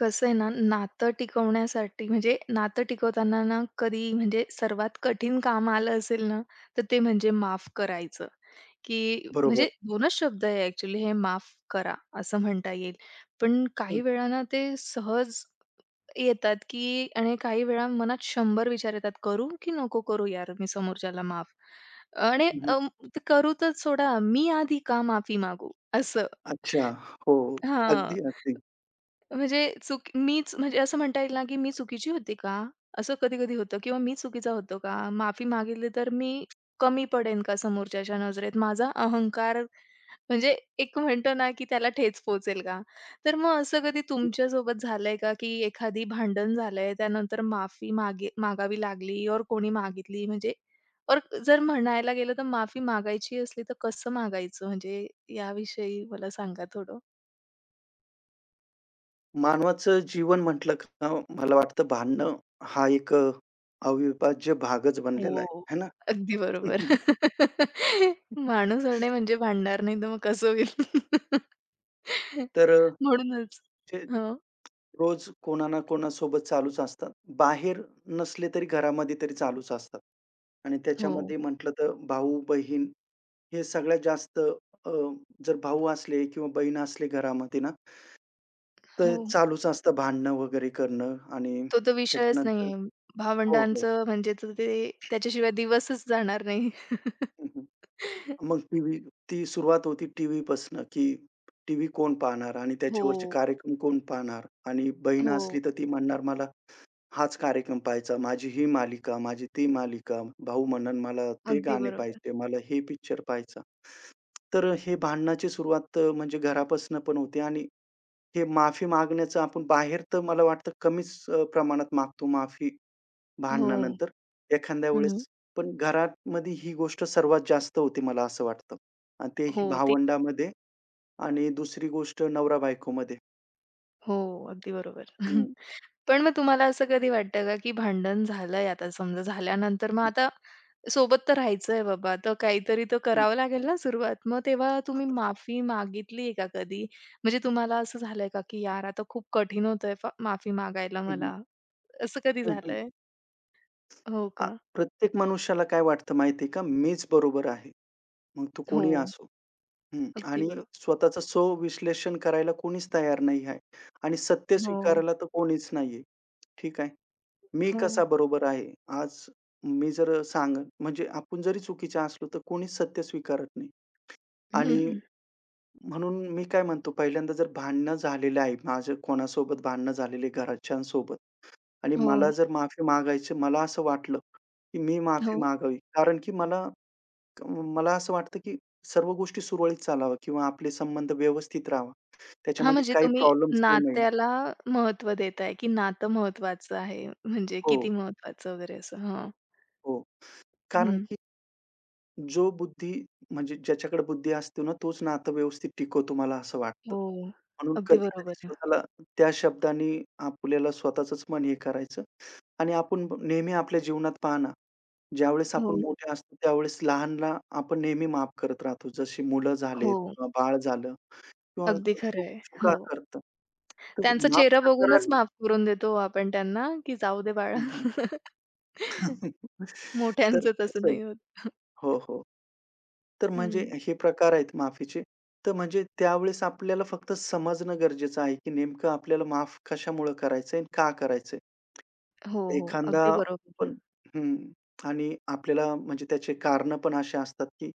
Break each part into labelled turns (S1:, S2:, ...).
S1: कसं आहे ना, नातं टिकवण्यासाठी म्हणजे नातं टिकवताना ना, कधी म्हणजे सर्वात कठीण काम आलं असेल ना, तर ते म्हणजे माफ करायचं, की म्हणजे
S2: बरोबर.
S1: 2च शब्द आहे ॲक्चुअली हे माफ करा असं म्हणता येईल. पण काही
S2: हं,
S1: वेळा ना, ते सहज येतात, की आणि काही वेळा मनात 100 विचार येतात, करू की नको करू यार मी समोरच्याला माफ? आणि
S2: हं, हं.
S1: करू तर सोडा, मी आधी का माफी मागू? असं.
S2: अच्छा. हो.
S1: हां.
S2: अगदी, अगदी.
S1: म्हणजे चूक मीच म्हणजे असं म्हणता येईल ना, की मी चुकीची होती का? असं कधी-कधी होतं किंवा मी चुकीचा होतो का? माफी मागितली तर मी कमी पडेन का समोरच्याच्या नजरेत? माझा अहंकार म्हणजे एक म्हणतो ना, की त्याला ठेच पोहोचेल का? तर मग असं कधी तुमच्यासोबत झालंय का, की एखादी भांडण झालंय, त्यानंतर माफी मागे मागावी लागली और कोणी मागितली म्हणजे और जर म्हणायला गेलं तर माफी मागायची असली तर कसं मागायचं? म्हणजे याविषयी मला सांगा थोडं?
S2: मानवाचं जीवन म्हटलं का मला वाटतं भांडणं हा एक अविभाज्य भागच बनलेला आहे.
S1: हो.
S2: है ना?
S1: अगदी बरोबर. माणूस अडणे म्हणजे भांडणार नाही तर मग कसं होईल?
S2: तर
S1: म्हणूनच.
S2: जे
S1: हं.
S2: रोज कोणा ना कोणासोबत चालूच असतात. बाहेर नसले तरी घरामध्ये तरी चालूच असतात. आणि
S1: हो,
S2: त्याच्यामध्ये म्हटलं तर भाऊ-बहीण हे सगळ्यात जास्त अ, जर भाऊ असले किंवा बहीण असली घरामध्ये ना,
S1: हो.
S2: तर चालूच असतं भांडणं वगैरे करणं आणि
S1: तो तर विषयच
S2: त्याच्यानंतर
S1: नाहीये.
S2: हो, हो.
S1: भावंडांचं म्हणजे तर ते त्याच्याशिवाय दिवसच जाणार नाही.
S2: हं, हं. मग टीव्ही ती सुरुवात होती टीव्हीपासनं, की टीव्ही कोण पाहणार आणि त्याच्यावरचे
S1: हो,
S2: कार्यक्रम कोण पाहणार आणि बहीण
S1: हो.
S2: असली तर ती म्हणणार, "मला हाच कार्यक्रम पाहायचा, माझी ही मालिका, माझी ती मालिका." भाऊ म्हणेल, "मला ते
S1: अगदी
S2: गाणे
S1: बरोबर.
S2: पाहायचे, मला हे पिक्चर पाहायचा." तर हे भांडणाची सुरुवात म्हणजे घरापासून पण होते आणि हे माफी मागण्याचं आपण बाहेर तर मला वाटतं कमीच प्रमाणात मागतो माफी
S1: हो.
S2: भांडणानंतर एखाद्या
S1: हं.
S2: वेळेस पण घरामध्ये ही गोष्ट सर्वात जास्त होते मला असं वाटतं. आणि तेही
S1: हो, ते
S2: भावंडामध्ये आणि दुसरी गोष्ट नवरा-बायकोमध्ये.
S1: हो, अगदी बरोबर.
S2: हं, हं,
S1: पण मग तुम्हाला असं कधी वाटतं का, की भांडण झालंय आता समजा झाल्यानंतर मग आता सोबत तर राहायचंय बाबा, तर काहीतरी तर करावं लागेल ना सुरुवात. मग तेव्हा तुम्ही माफी मागितलीये का कधी? म्हणजे तुम्हाला असं झालंय का, की यार आता खूप कठीण होतंय माफी मागायला
S2: हं,
S1: मला, असं कधी
S2: हं, हं,
S1: झालंय? हो
S2: आ,
S1: का?
S2: प्रत्येक मनुष्याला काय वाटतं माहिती आहे का? मीच बरोबर आहे. मग तो
S1: हो,
S2: कोणी असो. हं.
S1: अगदी
S2: आणि
S1: बरोबर.
S2: स्वतःचं स्वविश्लेषण करायला कोणीच तयार नाही आहे आणि सत्य
S1: हो,
S2: स्वीकारायला तर कोणीच नाहीये. ठीक आहे. मी
S1: हो.
S2: कसा बरोबर आहे? आज मी जर सांगन म्हणजे आपण जरी चुकीचे असलो, तर कोणीच सत्य स्वीकारत नाही. आणि
S1: हं.
S2: म्हणून मी काय म्हणतो, पहिल्यांदा जर भांडणं झालेलं आहे, माझं कोणासोबत भांडणं झालेली आहे, घरच्यांसोबत आणि
S1: हो,
S2: मला जर माफी मागायची मला असं वाटलं, की मी
S1: हो.
S2: माफी मागावी. कारण की मला मला असं वाटतं, की सर्व गोष्टी सुरळीत चालाव्या किंवा आपले संबंध व्यवस्थित राहावा.
S1: हां,
S2: त्याच्यामध्ये
S1: म्हणजे
S2: काही
S1: तुम्ही
S2: प्रॉब्लेम्स येऊ नये.
S1: नात्याला महत्त्व देताय, की नातं महत्त्वाचं आहे, म्हणजे
S2: हो,
S1: किती महत्त्वाचं वगैरे असं. हां.
S2: हो. कारण जो बुद्धी म्हणजे ज्याच्याकडे बुद्धी असते ना, तोच नातं व्यवस्थित टिकवतो मला असं वाटतं.
S1: हो.
S2: म्हणून
S1: अगदी बरोबर
S2: कधी-कधी
S1: आहे.
S2: स्वतःला त्या शब्दांनी आपल्याला स्वतःचंच मन हे करायचं आणि आपण नेहमी आपल्या जीवनात पहा ना, ज्यावेळेस आपण
S1: हो,
S2: मोठे असतो त्यावेळेस लहानला आपण नेहमी माफ करत राहतो. जशी मुलं
S1: हो.
S2: झालेत किंवा बाळ झालं किंवा
S1: अगदी खरं आहे.
S2: चुका
S1: हो.
S2: करतं. तर
S1: त्यांचा
S2: माफ
S1: चेहरा
S2: करणारा
S1: बघूनच माफ करून देतो आपण त्यांना, की जाऊ दे बाळा.
S2: हं, तर
S1: मोठ्यांचं तसं
S2: कसं आहे
S1: नाही होत.
S2: हो, हो. तर म्हणजे
S1: हं.
S2: हे प्रकार आहेत माफीचे. तर म्हणजे त्यावेळेस आपल्याला फक्त समजणं गरजेचं आहे, की नेमकं आपल्याला माफ कशामुळं करायचंय आणि का करायचंय?
S1: हो, हो.
S2: एखादा
S1: अगदी बरोबर.
S2: पण हं. आणि आपल्याला म्हणजे त्याचे कारणं पण अशी असतात, की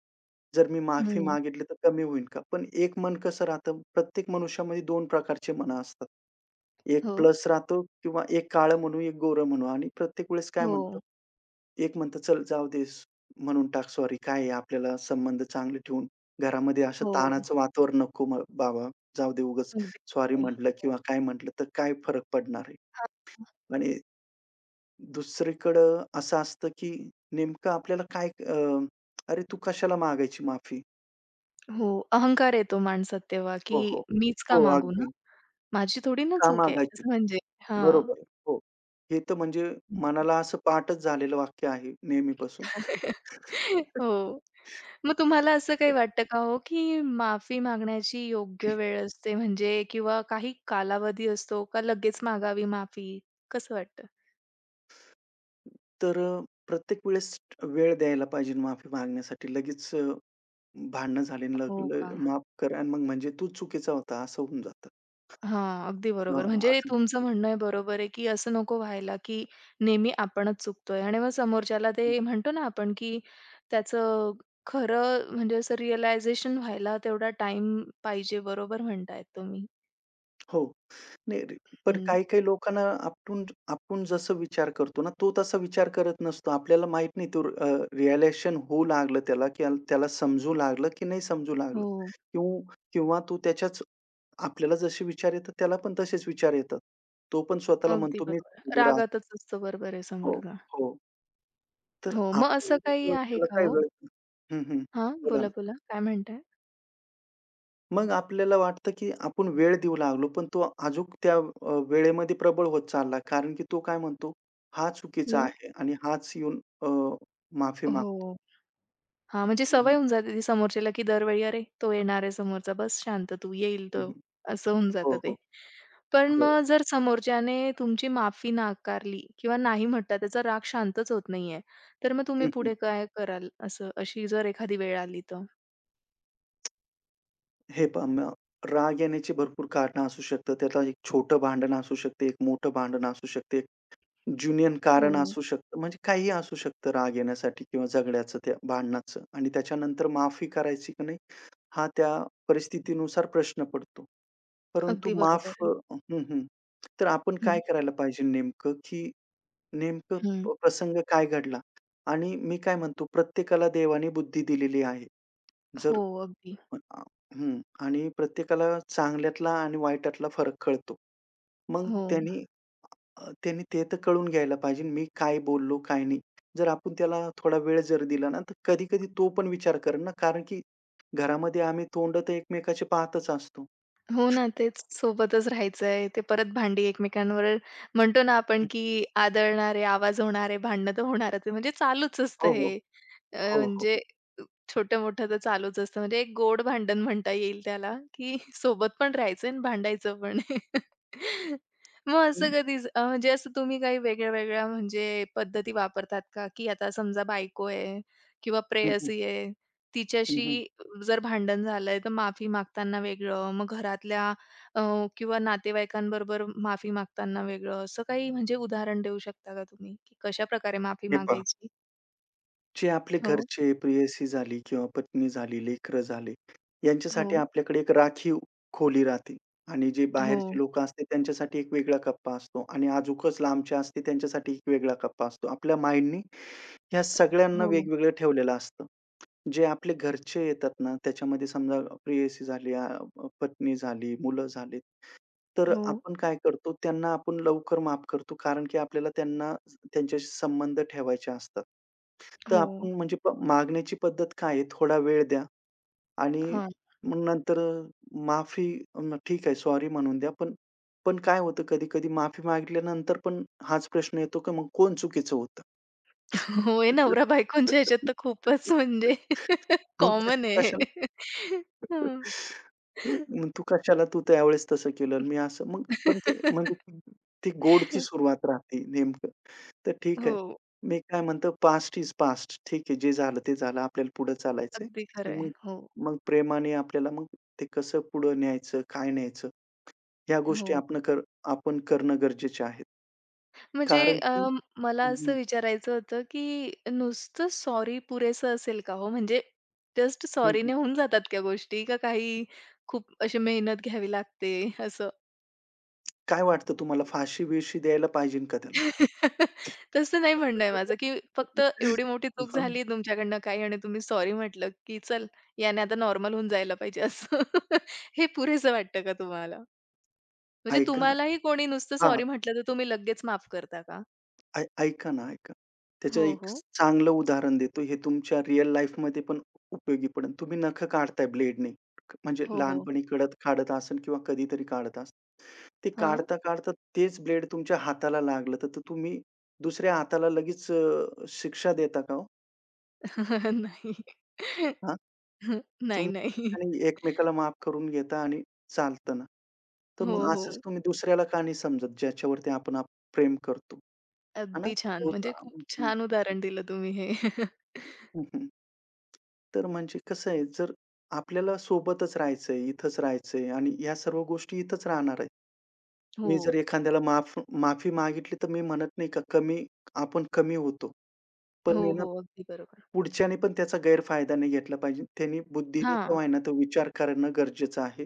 S2: जर मी माफी
S1: हं.
S2: मागितली तर कमी होईल का? पण एक मन कसं राहतं, प्रत्येक मनुष्यामध्ये 2 प्रकारचे मनं असतात. एक
S1: हो,
S2: प्लस राहतो किंवा एक काळं म्हणू, एक गोरं म्हणू आणि प्रत्येक वेळेस काय
S1: हो,
S2: म्हणतो एक म्हणतं, "चल जाऊ दे, म्हणून टाक सॉरी." काय आहे आपल्याला संबंध चांगले ठेवून घरामध्ये असं
S1: हो.
S2: ताणाचं वातावरण नको म बाबा, जाऊ दे उगाच
S1: अगदी
S2: सॉरी
S1: बरोबर.
S2: म्हटलं किंवा काय म्हटलं तर काय फरक पडणार आहे?
S1: हां.
S2: आणि दुसरीकडं असं असतं, की नेमकं आपल्याला काय "अरे, तू कशाला मागायची माफी?"
S1: हो, हो. अहंकार येतो माणसात तेव्हा,
S2: हो,
S1: की
S2: हो.
S1: मीच का
S2: हो,
S1: मागू ना?
S2: अगदी.
S1: माझी थोडी ना
S2: का
S1: चूक आहे,
S2: मागायची?
S1: असं म्हणजे हां.
S2: बरोबर. आहे. हो. हे तर म्हणजे मनाला असं पाठच झालेलं वाक्य आहे नेहमीपासून.
S1: हो. मग तुम्हाला असं काही वाटतं का हो, की माफी मागण्याची योग्य वेळ असते म्हणजे किंवा काही कालावधी असतो का लगेच मागावी माफी? कसं वाटतं?
S2: तर प्रत्येक वेळेस वेळ द्यायला पाहिजे माफी मागण्यासाठी. लगेच भांडणं झाली आणि लग
S1: हो
S2: ल
S1: का?
S2: माफ कर आणि मग म्हणजे तू चुकीचा होता असं होऊन जातं.
S1: हां, अगदी
S2: अ,
S1: बरोबर. म्हणजे
S2: असं
S1: तुमचं म्हणणं आहे बरोबर आहे, की असं नको व्हायला, की नेहमी आपणच चुकतोय आणि मग समोरच्याला ते म्हणतो ना आपण, की त्याचं खरं म्हणजे असं रिअलायझेशन व्हायला तेवढा टाईम पाहिजे. बरोबर म्हणताय तुम्ही.
S2: हो. नाही रे पण
S1: हं.
S2: काही-काही लोकांना आपण आपण जसं विचार करतो ना, तो तसा विचार करत नसतो. आपल्याला माहीत नाही तो रिअलायझेशन होऊ लागलं त्याला की त्याला समजू लागलं की नाही समजू लागलं
S1: हो,
S2: किंवा किंवा तो त्याच्याच आपल्याला जसे विचार येतात त्याला पण तसेच विचार येतात. तो पण स्वतःला
S1: अगदी
S2: म्हणतो मीच
S1: बरोबर.
S2: बरोबर आहे.
S1: रागातच असतो. बरोबर आहे
S2: हो,
S1: समोरचा.
S2: हो. तर
S1: हो, मग असं
S2: आपण
S1: काही आहे
S2: त्याला
S1: का
S2: काय
S1: हो?
S2: वेळ हं, हं.
S1: हां,
S2: बोला
S1: बोला,
S2: ना.
S1: बोला. काय म्हणताय?
S2: मग आपल्याला वाटतं, की आपण वेळ देऊ लागलो, पण तो अजूक त्या वेळेमध्ये प्रबळ होत चालला. कारण की तो काय म्हणतो, हा चुकीचा
S1: मग?
S2: आहे आणि हाच येऊन माफी मागतो.
S1: हो. हां, म्हणजे
S2: हं,
S1: सवय
S2: हं.
S1: होऊन जाते ती समोरच्याला, की दरवेळी "अरे, तो येणार आहे समोरचा, बस शांत तू, येईल तो."
S2: हं, हं.
S1: असं होऊन जातं
S2: हो,
S1: ते.
S2: हो.
S1: पण
S2: हो.
S1: मग जर समोरच्याने तुमची माफी नाकारली किंवा नाही म्हटला, त्याचा राग शांतच होत नाहीये, तर मग तुम्ही
S2: हं, हं.
S1: पुढे काय कराल? असं अशी जर एखादी वेळ आली तर?
S2: हे पहा मग राग येण्याची भरपूर कारणं असू शकतात. त्यातला एक छोटं भांडण असू शकते, एक मोठं भांडण असू शकते. जुनियन कारण
S1: हो,
S2: असू शकतं, म्हणजे काहीही असू शकतं राग येण्यासाठी किंवा झगड्याचं, त्या भांडणाचं आणि त्याच्यानंतर माफी करायची की नाही, हा त्या परिस्थितीनुसार प्रश्न पडतो. परंतु
S1: अगदी बरोबर आहे.
S2: हं, हं. तर आपण
S1: हं,
S2: काय करायला पाहिजे नेमकं, की नेमकं
S1: हं.
S2: प्रसंग काय घडला? आणि मी काय म्हणतो, प्रत्येकाला देवाने बुद्धी दिलेली आहे. जर
S1: हो, अगदी.
S2: पण अ, हं. आणि प्रत्येकाला चांगल्यातला आणि वाईटातला फरक कळतो. मग
S1: हो.
S2: त्यांनी ते तर कळून घ्यायला पाहिजे मी काय बोललो, काय नाही. जर आपण त्याला थोडा वेळ जर दिला ना, तर कधी-कधी तो पण विचार करेल ना, कारण की घरामध्ये आम्ही तोंड तर एकमेकाचे पाहतच असतो.
S1: हो ना, तेच सोबतच राहायचंय. ते परत भांडी एकमेकांवर म्हणतो ना आपण,
S2: हं.
S1: की आदळणारे, आवाज होणारे, भांडणं तर होणारच आहे. म्हणजे चालूच असतं
S2: हो, हो.
S1: हे.
S2: हो, हो.
S1: म्हणजे छोटं-मोठं तर चालूच असतं. म्हणजे एक गोड भांडण म्हणता येईल त्याला, की सोबत पण राहायचं आणि भांडायचं पण. मग असं
S2: हं.
S1: कधीच म्हणजे असं तुम्ही काही वेगळ्या-वेगळ्या म्हणजे पद्धती वापरतात का? की आता समजा बायको आहे किंवा
S2: हं, हं.
S1: प्रेयसी आहे,
S2: हं,
S1: तिच्याशी
S2: हं.
S1: जर भांडण झालंय, तर माफी मागताना वेगळं, मग घरातल्या अ, किंवा नातेवाईकांबरोबर माफी मागताना वेगळं, असं काही म्हणजे उदाहरण देऊ शकता का तुम्ही, की कशाप्रकारे माफी
S2: हे पहा.
S1: मागायची?
S2: जे आपले
S1: हो,
S2: घरचे प्रेयसी झाली किंवा पत्नी झाली, लेकरं झाले,
S1: हो,
S2: यांच्यासाठी आपल्याकडे एक राखीव खोली राहते आणि जे
S1: हो,
S2: बाहेरचे लोकं असते त्यांच्यासाठी एक वेगळा कप्पा असतो आणि अजूकच लांबचे असते त्यांच्यासाठी एक वेगळा कप्पा असतो. आपल्या माइंडनी ह्या सगळ्यांना
S1: हो,
S2: वेगवेगळं ठेवलेलं असतं. जे आपले घरचे येतात ना, त्याच्यामध्ये समजा प्रेयसी झाली, पत्नी झाली, मुलं झाली, तर
S1: हो.
S2: आपण काय करतो त्यांना आपण लवकर माफ करतो कारण की आपल्याला त्यांना त्यांच्याशी संबंध ठेवायचे असतात. तर
S1: हो.
S2: आपण म्हणजे मागण्याची पद्धत काय आहे? थोडा वेळ द्या आणि
S1: हां.
S2: मग माफी मग ठीक आहे, सॉरी म्हणून द्या. पण पण काय होतं कधी-कधी माफी मागितल्यानंतर पण हाच प्रश्न येतो, की मग कोण चुकीचं होतं?
S1: हो, हे नवरा-बायकोंच्या ह्याच्यात तर खूपच म्हणजे
S2: मग
S1: कॉमन आहे हे.
S2: कशा
S1: हं.
S2: मग तू कशाला तू त्यावेळेस तसं केलं मी असं मग पण ते म्हणजे ती ती गोडची सुरुवात राहते नेमकं. तर ठीक आहे.
S1: हो,
S2: मी काय म्हणतो पास्ट इज पास्ट. ठीक आहे. जे झालं ते झालं. आपल्याला पुढे चालायचंय.
S1: अगदी खरं
S2: आणि
S1: आहे.
S2: मग
S1: हो,
S2: मग प्रेमाने आपल्याला मग ते कसं पुढे न्यायचं, काय न्यायचं ह्या गोष्टी
S1: हो.
S2: आपण करणं गरजेचे आहेत.
S1: म्हणजे
S2: कारण की
S1: मला असं
S2: हं,
S1: विचारायचं होतं, की नुसतं सॉरी पुरेसं असेल का हो? म्हणजे जस्ट
S2: हं,
S1: सॉरीने होऊन जातात का गोष्टी? का काही खूप अशी मेहनत घ्यावी लागते असं?
S2: काय वाटतं तुम्हाला फाशी-बिशी द्यायला पाहिजे का त्याला?
S1: तसं नाही म्हणणं आहे माझं, की फक्त एवढी मोठी चूक
S2: हां.
S1: झाली तुमच्याकडनं काही आणि तुम्ही सॉरी म्हटलं, की चल याने आता नॉर्मल होऊन जायला पाहिजे असं. हे पुरेसं वाटतं का तुम्हाला? म्हणजे
S2: ऐका
S1: तुम्हालाही कोणी नुसतं
S2: हां.
S1: सॉरी म्हटलं तर तुम्ही लगेच माफ करता का?
S2: ऐका ना, ऐका. त्याचं
S1: हो,
S2: एक
S1: हो.
S2: चांगलं उदाहरण देतो. हे तुमच्या रिअल लाईफमध्ये पण उपयोगी पडेल. तुम्ही नखं काढताय ब्लेडने. म्हणजे
S1: हो, हो.
S2: लहानपणी कडत काढत असेल किंवा कधीतरी काढत असेल. ते
S1: हां.
S2: काढता-काढता तेच ब्लेड तुमच्या हाताला लागलं, तर तर तुम्ही दुसऱ्या हाताला लगेच शिक्षा देता का हो?
S1: नाही.
S2: हां,
S1: नाही,
S2: तुम्ही
S1: नाही.
S2: आणि एकमेकाला माफ करून घेता आणि चालतं ना. तर
S1: हो,
S2: मग
S1: हो.
S2: असंच तुम्ही दुसऱ्याला का नाही समजत, ज्याच्यावरती आपण आप प्रेम करतो. है ना?
S1: अगदी छान.
S2: तो
S1: म्हणजे खूप
S2: हं, हं.
S1: छान उदाहरण दिलं तुम्ही हे.
S2: तर म्हणजे कसं आहे, जर आपल्याला सोबतच राहायचंय, इथंच राहायचंय आणि ह्या सर्व गोष्टी इथंच राहणार आहे.
S1: हो.
S2: मी जर एखाद्याला माफ माफी मागितली, तर मी म्हणत नाही का कमी आपण कमी होतो.
S1: हो,
S2: पण आहे ना,
S1: हो. अगदी बरोबर.
S2: पुढच्याने पण त्याचा गैरफायदा नाही घेतला पाहिजे. त्यांनी बुद्धीने का
S1: हां.
S2: होईना तो विचार करणं गरजेचं आहे,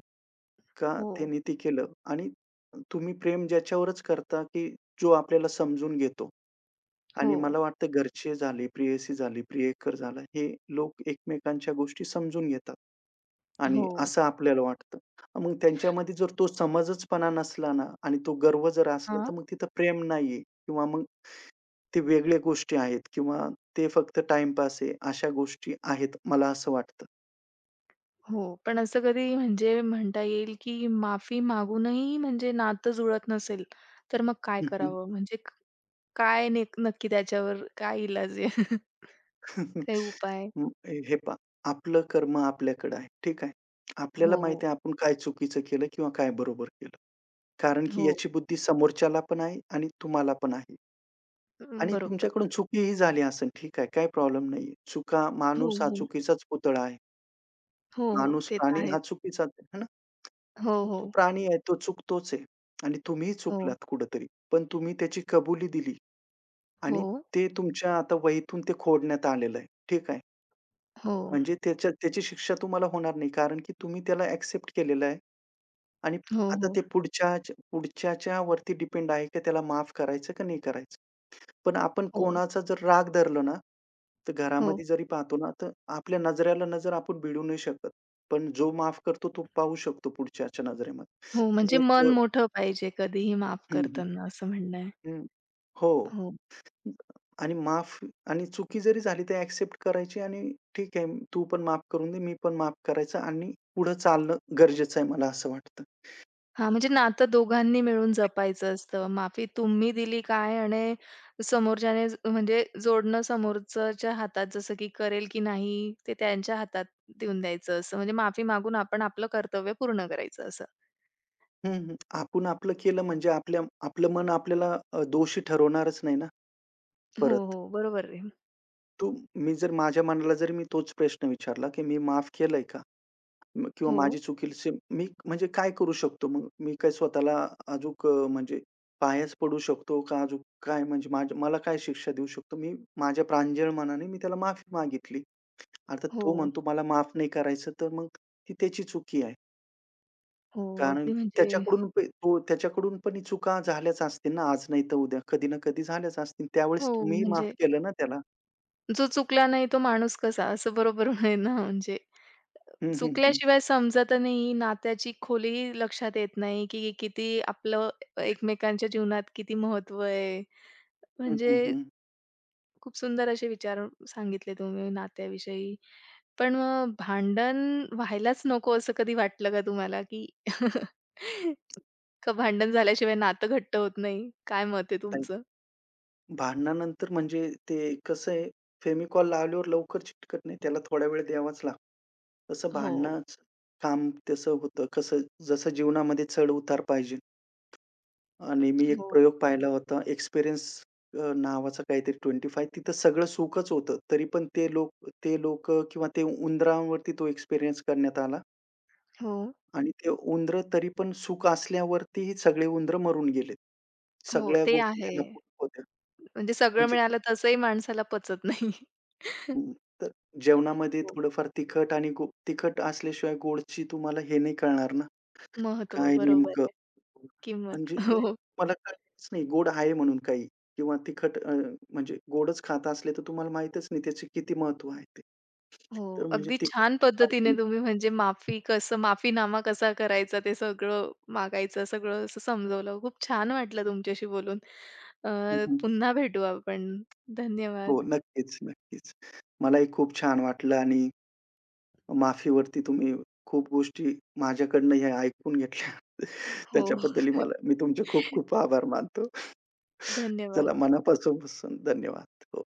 S2: का
S1: हो.
S2: त्यांनी ते केलं आणि तुम्ही प्रेम ज्याच्यावरच करता, की जो आपल्याला समजून घेतो.
S1: हो.
S2: आणि मला वाटतं घरचे झाले, प्रेयसी झाली, प्रियकर झाला, हे लोक एकमेकांच्या गोष्टी समजून घेतात आणि
S1: हो.
S2: असं आपल्याला वाटतं. मग त्यांच्यामध्ये जर तो समंजसपणा नसला ना आणि तो गर्व जर असला,
S1: हां.
S2: तर मग तिथं प्रेम नाहीये किंवा मग ते वेगळ्या गोष्टी आहेत किंवा ते फक्त टाईमपास आहे, अशा गोष्टी आहेत, मला असं वाटतं.
S1: हो. पण असं कधी म्हणजे म्हणता येईल, की माफी मागूनही म्हणजे नातं जुळत नसेल, तर मग काय
S2: हं, हं.
S1: करावं? म्हणजे काय नक्की त्याच्यावर काय इलाज आहे? काही उपाय?
S2: हे पहा, आपलं कर्म आपल्याकडे आहे. ठीक आहे. आपल्याला माहिती
S1: हो,
S2: आहे आपण काय चुकीचं केलं किंवा काय बरोबर केलं. कारण की
S1: हो.
S2: याची बुद्धी समोरच्याला पण आहे आणि तुम्हाला पण आहे. आणि
S1: बरोबर.
S2: तुमच्याकडून चुकीही झाली असेल, ठीक आहे, काही प्रॉब्लेम नाहीये. चुका
S1: हो,
S2: माणूस हा
S1: हो.
S2: चुकीचाच पुतळा आहे.
S1: हो, हो.
S2: माणूस,
S1: ते तर
S2: प्राणी हा
S1: आहेच.
S2: चुकीचाच आहे, है ना?
S1: हो,
S2: तो
S1: हो.
S2: तो प्राणी आहे, तो चुकतोच आहे आणि तुम्हीही
S1: हो,
S2: चुकलात कुठेतरी. पण तुम्ही त्याची कबुली दिली
S1: हो,
S2: आणि ते तुमच्या आता वहीतून ते खोडण्यात आलेलं आहे, ठीक आहे.
S1: हो.
S2: म्हणजे त्याच्या त्याची शिक्षा तुम्हाला होणार नाही कारण की तुम्ही त्याला ॲक्सेप्ट केलेलं आहे आणि
S1: हो,
S2: आता
S1: हो.
S2: ते पुढच्या पुढच्याच्यावरती डिपेंड आहे की त्याला माफ करायचं का नाही करायचं. पण आपण
S1: हो,
S2: कोणाचा जर राग धरला ना, तर
S1: हो.
S2: घरामध्ये जरी पाहतो ना, तर आपल्या नजरेला नजर आपण भिडू नाही शकत. पण जो माफ करतो तो पाहू शकतो पुढच्याच्या नजरेमध्ये.
S1: हो, म्हणजे
S2: म्हणजे
S1: मन
S2: एक
S1: मोठं पाहिजे कधीही माफ
S2: हं, हं,
S1: करताना असं म्हणणं आहे.
S2: हं. हो.
S1: हो.
S2: आणि माफ आणि चुकी जरी झाली तर ॲक्सेप्ट करायची आणि ठीक आहे, तू पण माफ करून दे, मी पण माफ करायचं आणि पुढे चालणं गरजेचं आहे मला असं वाटतं.
S1: हां, म्हणजे नातं दोघांनी मिळून जपायचं असतं. माफी तुम्ही दिली काय आणि समोरच्याने म्हणजे जोडणं समोरच्याच्या हातात, जसं की करेल की नाही ते त्यांच्या हातात देऊन द्यायचं असं. म्हणजे माफी मागून आपण आपलं कर्तव्य पूर्ण करायचं असं.
S2: हं, हं. आपण आपलं केलं म्हणजे आपल्या आपलं मन दोषी ठरवणारच नाही ना
S1: हो,
S2: परत.
S1: हो. बरोबर आहे.
S2: तो मी जर माझ्या मनाला जर मी तोच प्रश्न विचारला, की मी माफ केलंय का? किंवा
S1: हो,
S2: माझी चुकीची मी म्हणजे काय करू शकतो मग? मी काय स्वतःला म्हणजे पायाच पडू शकतो का अजूक काय म्हणजे माझ्या मला काय शिक्षा देऊ शकतो? मी माझ्या प्रांजळ मनाने मी त्याला माफी मागितली. आता तो
S1: हो,
S2: म्हणतो मला माफ नाही करायचं, तर मग ती त्याची चुकी आहे.
S1: हो.
S2: कारण
S1: अगदी
S2: की
S1: म्हणजे
S2: त्याच्याकडून प तो त्याच्याकडून पण ही चुका झाल्याच असतील ना, आज नाही तर उद्या, कधी ना कधी झाल्याच असतील.
S1: हो,
S2: त्यावेळेस तुम्ही
S1: म्हणजे
S2: माफ केलं ना त्याला.
S1: जो चुकला नाही तो माणूस कसा असं बरोबर आहे ना म्हणजे.
S2: हं, हं, हं.
S1: चुकल्याशिवाय समजत नाही, नात्याची खोलीही लक्षात येत नाही, की किती आपलं एकमेकांच्या जीवनात किती महत्व आहे.
S2: हं, हं,
S1: म्हणजे
S2: हं.
S1: खूप सुंदर असे विचार सांगितले तुम्ही नात्याविषयी. पण मग भांडण व्हायलाच नको असं कधी वाटलं का तुम्हाला, की का भांडण झाल्याशिवाय नातं घट्ट होत नाही? काय मत आहे तुमचं?
S2: भांडणानंतर म्हणजे ते कसं आहे, फेविकॉल लावल्यावर लवकर चिकटत नाही. त्याला थोडा वेळ द्यावाच लागतो. तसं
S1: हो,
S2: भांडणाचं काम तसं होतं. कसं जसं जीवनामध्ये चढ-उतार पाहिजे आणि मी एक
S1: हो,
S2: प्रयोग पाहिला होता एक्सपिरियन्स नावाचा काहीतरी 25 तिथं सगळं सुखच होतं. तरी पण ते लोकं किंवा ते उंदरांवरती तो एक्सपिरियन्स करण्यात आला
S1: हो,
S2: आणि ते उंदरं तरी पण सुख असल्यावरतीही सगळे उंदरं मरून गेलेत.
S1: हो.
S2: सगळ्या
S1: ते
S2: गोष्टी
S1: आहे.
S2: त्यांना पूर्ण होत्या.
S1: म्हणजे सगळं
S2: म्हणजे
S1: मिळालं तसंही माणसाला पचत नाही.
S2: हं, तर जेवणामध्ये
S1: हो,
S2: थोडंफार तिखट आणि गो तिखट असल्याशिवाय गोडची तुम्हाला हे नाही कळणार ना,
S1: महत्त्व.
S2: काय नेमकं?
S1: बरोबर. किंमत.
S2: म्हणजे नाही
S1: हो,
S2: तुम्हाला कळतच नाही गोड आहे म्हणून काही किंवा म्हणजे गोडच खात असले तर तुम्हाला माहीतच नाही त्याचे किती महत्त्व आहे ते.
S1: हो.
S2: तर म्हणजे
S1: अगदी
S2: तिखट
S1: छान पद्धतीने
S2: पाहिजे.
S1: तुम्ही म्हणजे माफी कसं माफीनामा कसा करायचा ते सगळं मागायचं सगळं असं समजवलं. खूप छान वाटलं तुमच्याशी बोलून. अ,
S2: हं, हं.
S1: पुन्हा भेटू आपण.
S2: हो,
S1: धन्यवाद.
S2: नक्कीच, नक्कीच. मलाही खूप छान वाटलं आणि माफीवरती तुम्ही खूप गोष्टी माझ्याकडनं ह्या ऐकून घेतल्या.
S1: हो.
S2: त्याच्याबद्दलही मला मी तुमचे खूप खूप आभार मानतो. चला
S1: धन्यवाद.
S2: मनापासून धन्यवाद. हो.